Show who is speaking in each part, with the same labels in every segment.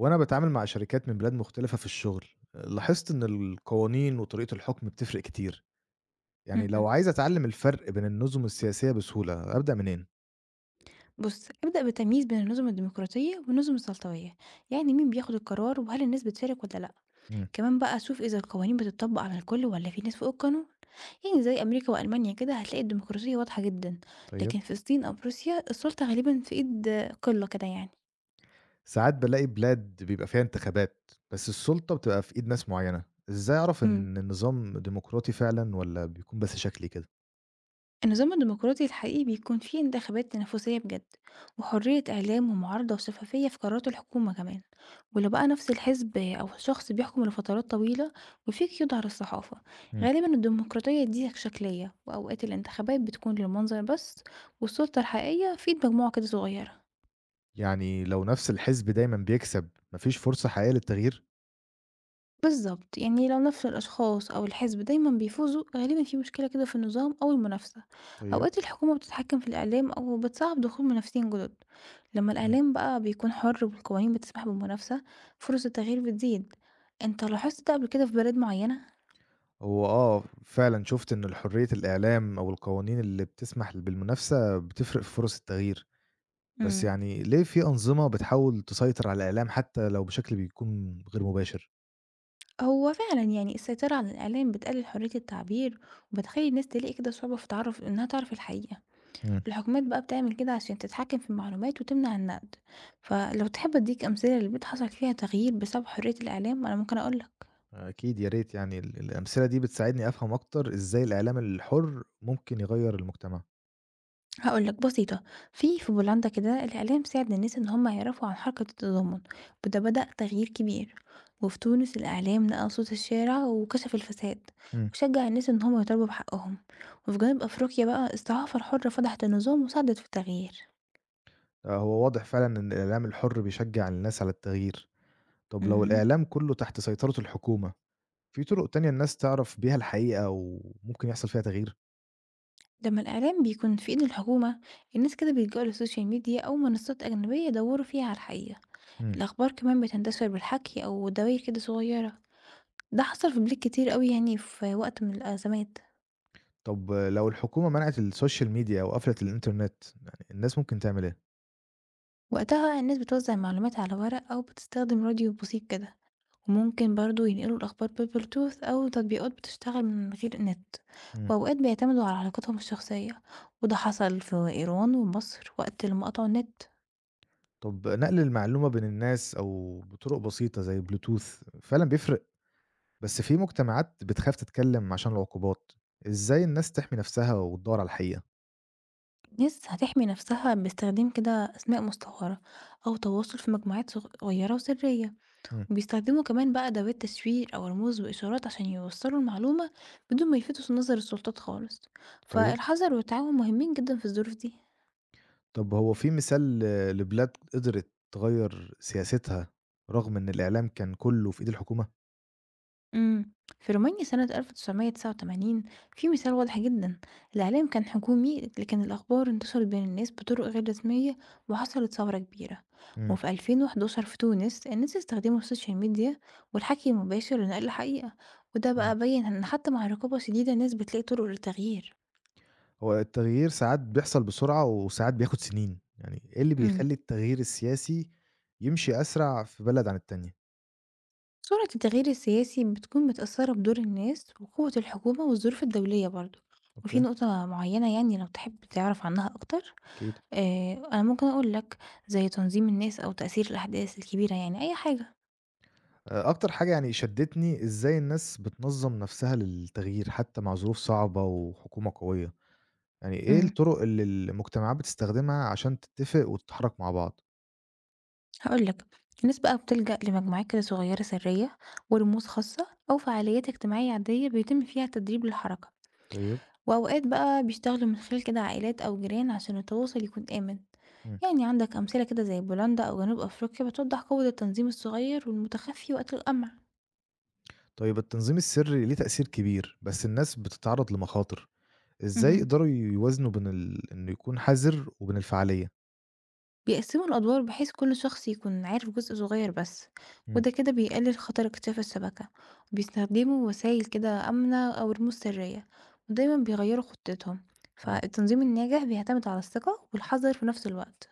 Speaker 1: وأنا باتعامل مع شركات من بلاد مختلفة في الشغل، لاحظت إن القوانين وطريقة الحكم بتفرق كتير، يعني لو
Speaker 2: اهم.
Speaker 1: عايز أتعلم الفرق بين النظم السياسية بسهولة أبدأ منين؟
Speaker 2: بُص، ابدأ بالتمييز بين النُّظم الديمقراطية والنُّظم السلطوية، يعني مين بياخد القرار وهل الناس بتشارك والّا لأ.
Speaker 1: مم.
Speaker 2: كمان بقى شوف إذا القوانين بتطبّق على الكل والّا في ناس فوق القانون، يعني زي أمريكا وألمانيا كده هتلاقي الديمقراطية واضحة جدًا،
Speaker 1: طيب.
Speaker 2: لكن في الصين أو في روسيا السلطة غالبًا في إيد قِلّة كده يعني.
Speaker 1: ساعات بلاقي بلاد بيبقى فيها انتخابات بس السلطة بتبقى في إيد ناس معينة، إزاي أعرف
Speaker 2: إمم.
Speaker 1: إن النظام ديمقراطي فعلا ولا بيكون بس شكلي كده؟
Speaker 2: النظام الديمقراطي الحقيقي بيكون فيه انتخابات تنافسية بجد، وحرية إعلام ومعارضة وشفافية في قرارات الحكومة كمان. ولو بقى نفس الحزب أو الشخص بيحكم لفترات طويلة وفيه قيود على الصحافة،
Speaker 1: مم.
Speaker 2: غالبا الديمقراطية دي شكلية، وأوقات الانتخابات بتكون للمنظر بس، والسلطة الحقيقية في مجموعة كده صغيرة.
Speaker 1: يعني لو نفس الحزب دايما بيكسب مفيش فرصة حقيقية للتغيير؟
Speaker 2: بالضبط، يعني لو نفس الأشخاص أو الحزب دايمًا بيفوزوا، غالبًا في مشكلة كده في النظام أو المنافسة.
Speaker 1: طيب.
Speaker 2: أوقات الحكومة بتتحكم في الإعلام أو بتصعب دخول منافسين جدد. لما
Speaker 1: مم.
Speaker 2: الإعلام بقى بيكون حر والقوانين بتسمح بالمنافسة، فرص التغيير بتزيد. أنت لاحظت ده قبل كده في بلاد معينة؟
Speaker 1: هو آه، فعلًا شُفت إن الحرية الإعلام أو القوانين اللي بتسمح بالمنافسة بتفرق في فرص التغيير، بس
Speaker 2: إمم.
Speaker 1: يعني ليه في أنظمة بتحاول تسيطر على الإعلام حتى لو بشكل بيكون غير مباشر؟
Speaker 2: هو فعلًا يعني السيطرة على الإعلام بتقلل حرية التعبير، وبتخلي الناس تلاقي كده صعوبة في تعرف إنها تعرف الحقيقة.
Speaker 1: إمم.
Speaker 2: الحكومات بقى بتعمل كده عشان تتحكم في المعلومات وتمنع النقد. فلو تحب اديك امثله للبيت حصل فيها تغيير بسبب حريه الاعلام انا ممكن اقول لك.
Speaker 1: أكيد يا ريت يعني الأمثلة دي بتساعدني أفهم أكتر إزاي الإعلام الحُر ممكن يغيّر المجتمع.
Speaker 2: هقول لك بسيطه. في بولندا كده الاعلام ساعد الناس ان هم يعرفوا عن حركه التضامن، وده بدا تغيير كبير. وفي تونس الاعلام نقل صوت الشارع وكشف الفساد،
Speaker 1: إمم.
Speaker 2: وشجع الناس ان هم يطالبوا بحقهم. وفي جنوب افريقيا بقى الصحافه الحره فضحت النظام وساعدت في التغيير.
Speaker 1: آه، هو واضح فعلًا إن الإعلام الحُر بيشجع الناس على التغيير. طب لو
Speaker 2: مهم.
Speaker 1: الإعلام كلّه تحت سيطرة الحكومة، في طرق تانية الناس تعرف بيها الحقيقة وممكن يحصل فيها تغيير؟
Speaker 2: لما الإعلام بيكون في إيد الحكومة، الناس كده بيلجأوا للسوشيال ميديا أو منصات أجنبية يدوروا فيها على الحقيقة.
Speaker 1: إمم.
Speaker 2: الأخبار كمان بتنتشر بالحكي أو دواير كده صغيرة. ده حصل في بلاد كتير قوي يعني في وقت من الأزمات.
Speaker 1: طب لو الحكومة منعت السوشيال ميديا أو قفلت الإنترنت، يعني الناس ممكن تعمل إيه؟
Speaker 2: وقتها الناس بتوزع معلومات على ورق أو بتستخدم راديو بسيط كده. وممكن برضو ينقلوا الأخبار بالبلوتوث أو تطبيقات بتشتغل من غير نت.
Speaker 1: إمم.
Speaker 2: وأوقات بيعتمدوا على علاقاتهم الشخصية، وده حصل في إيران ومصر وقت لما قطعوا النت.
Speaker 1: طب نقل المعلومة بين الناس أو بطرق بسيطة زي البلوتوث فعلًا بيفرق، بس في مجتمعات بتخاف تتكلم عشان العقوبات، إزاي الناس تحمي نفسها وتدوّر على الحقيقة؟
Speaker 2: ناس هتحمي نفسها باستخدام كده أسماء مستعارة، أو تواصل في مجموعات صغيرة وسرية.
Speaker 1: إمم.
Speaker 2: وبيستخدموا كمان بقى أدوات تشفير أو رموز وإشارات عشان يوصلوا المعلومة بدون ما يلفتوا نظر السلطات خالص.
Speaker 1: طيب.
Speaker 2: فالحذر والتعاون مهمين جدا في الظروف دي.
Speaker 1: طب هو في مثال لبلاد قدرت تغيّر سياستها رغم إن الإعلام كان كلّه في إيد الحكومة؟
Speaker 2: إمم. في رومانيا سنة 1989 في مثال واضح جدًا. الإعلام كان حكومي لكن الأخبار انتشرت بين الناس بطرق غير رسمية، وحصلت ثورة كبيرة.
Speaker 1: إمم.
Speaker 2: وفي 2011 في تونس الناس استخدموا السوشيال ميديا والحكي المباشر لنقل الحقيقة، وده
Speaker 1: إمم.
Speaker 2: بقى بيّن إن حتى مع رقابة شديدة الناس بتلاقي طرق للتغيير.
Speaker 1: هو التغيير ساعات بيحصل بسرعة وساعات بياخد سنين، يعني إيه اللي
Speaker 2: إمم.
Speaker 1: بيخلّي التغيير السياسي يمشي أسرع في بلد عن التانية؟
Speaker 2: سرعة التغيير السياسي بتكون متأثرة بدور الناس وقوة الحكومة والظروف الدولية برضه. وفي
Speaker 1: أوكي.
Speaker 2: نقطة معينة يعني لو تحب تعرف عنها أكتر؟
Speaker 1: أكيد.
Speaker 2: أنا ممكن أقول لك، زي تنظيم الناس أو تأثير الأحداث الكبيرة يعني، أي حاجة.
Speaker 1: أكتر حاجة يعني شدّتني إزاي الناس بتنظّم نفسها للتغيير حتى مع ظروف صعبة وحكومة قوية، يعني إيه
Speaker 2: إمم،
Speaker 1: الطرق اللي المجتمعات بتستخدمها عشان تتّفق وتتحرك مع بعض؟
Speaker 2: هاقول لك، الناس بقى بتلجأ لمجموعات كده صغيرة سرية، ورموز خاصة أو فعاليات اجتماعية عادية بيتم فيها التدريب للحركة.
Speaker 1: طيب.
Speaker 2: وأوقات بقى بيشتغلوا من خلال كده عائلات أو جيران عشان التواصل يكون آمن.
Speaker 1: إمم.
Speaker 2: يعني عندك أمثلة كده زي بولندا أو جنوب أفريقيا بتوضح قوة التنظيم الصغير والمتخفي وقت القمع.
Speaker 1: طيب التنظيم السري ليه تأثير كبير، بس الناس بتتعرّض لمخاطر، إزاي
Speaker 2: اهم.
Speaker 1: يقدروا يوازنوا بين ال إنه يكون حذر وبين الفعالية؟
Speaker 2: بيقسموا الأدوار بحيث كل شخص يكون عارف جزء صغير بس،
Speaker 1: إمم.
Speaker 2: وده كده بيقلل خطر اكتشاف الشبكة. وبيستخدموا وسائل كده آمنة أو رموز سرية، ودايما بيغيروا خطتهم.
Speaker 1: إمم.
Speaker 2: فالتنظيم الناجح بيعتمد على الثقة والحذر في نفس الوقت.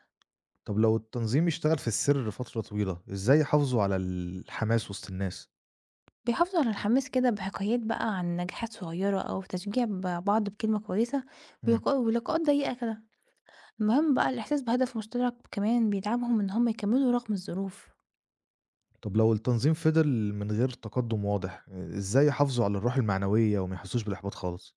Speaker 1: طب لو التنظيم اشتغل في السر فترة طويلة، إزاي يحافظوا على الحماس وسط الناس؟
Speaker 2: بيحافظوا على الحماس كده بحكايات بقى عن نجاحات صغيرة أو تشجيع بعض بكلمة كويسة،
Speaker 1: مم.
Speaker 2: ولقاءات ضيقة كده. المهم بقى الإحساس بهدف مشترك كمان بيدعمهم إن هم يكملوا رغم الظروف.
Speaker 1: طب لو التنظيم فضل من غير تقدم واضح، إزاي يحافظوا على الروح المعنوية وما يحسوش بالإحباط خالص؟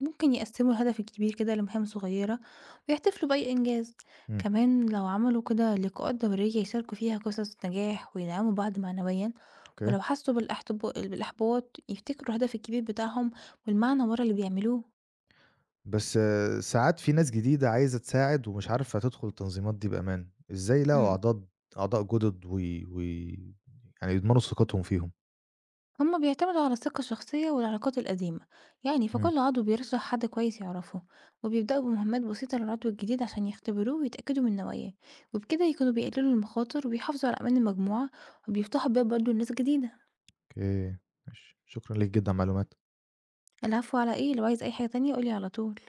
Speaker 2: ممكن يقسموا الهدف الكبير كده لمهام صغيرة ويحتفلوا بأي إنجاز.
Speaker 1: مم.
Speaker 2: كمان لو عملوا كده لقاءات دورية يشاركوا فيها قصص نجاح ويدعموا بعض معنويا.
Speaker 1: اوكي.
Speaker 2: ولو حسوا بالإحباط يفتكروا الهدف الكبير بتاعهم، والمعنى ورا اللي بيعملوه.
Speaker 1: بس آه، ساعات في ناس جديدة عايزة تساعد ومش عارفة تدخل التنظيمات دي بأمان، إزاي يلاقوا
Speaker 2: امم.
Speaker 1: أعضاء جدد يعني يضمنوا ثقتهم فيهم؟
Speaker 2: هما بيعتمدوا على الثقة الشخصية والعلاقات القديمة، يعني
Speaker 1: مم.
Speaker 2: فكل عضو بيرشح حد كويس يعرفه. وبيبدأوا بمهمات بسيطة للعضو الجديد عشان يختبروه ويتأكدوا من نواياه. وبكده يكونوا بيقللوا المخاطر وبيحافظوا على أمان المجموعة، وبيفتحوا باب برضه لناس جديدة.
Speaker 1: اوكي. ماشي. شكرا ليك جدا على المعلومات
Speaker 2: العفو على إيه، لو عايز أي حاجة تانية قُل لي على طول.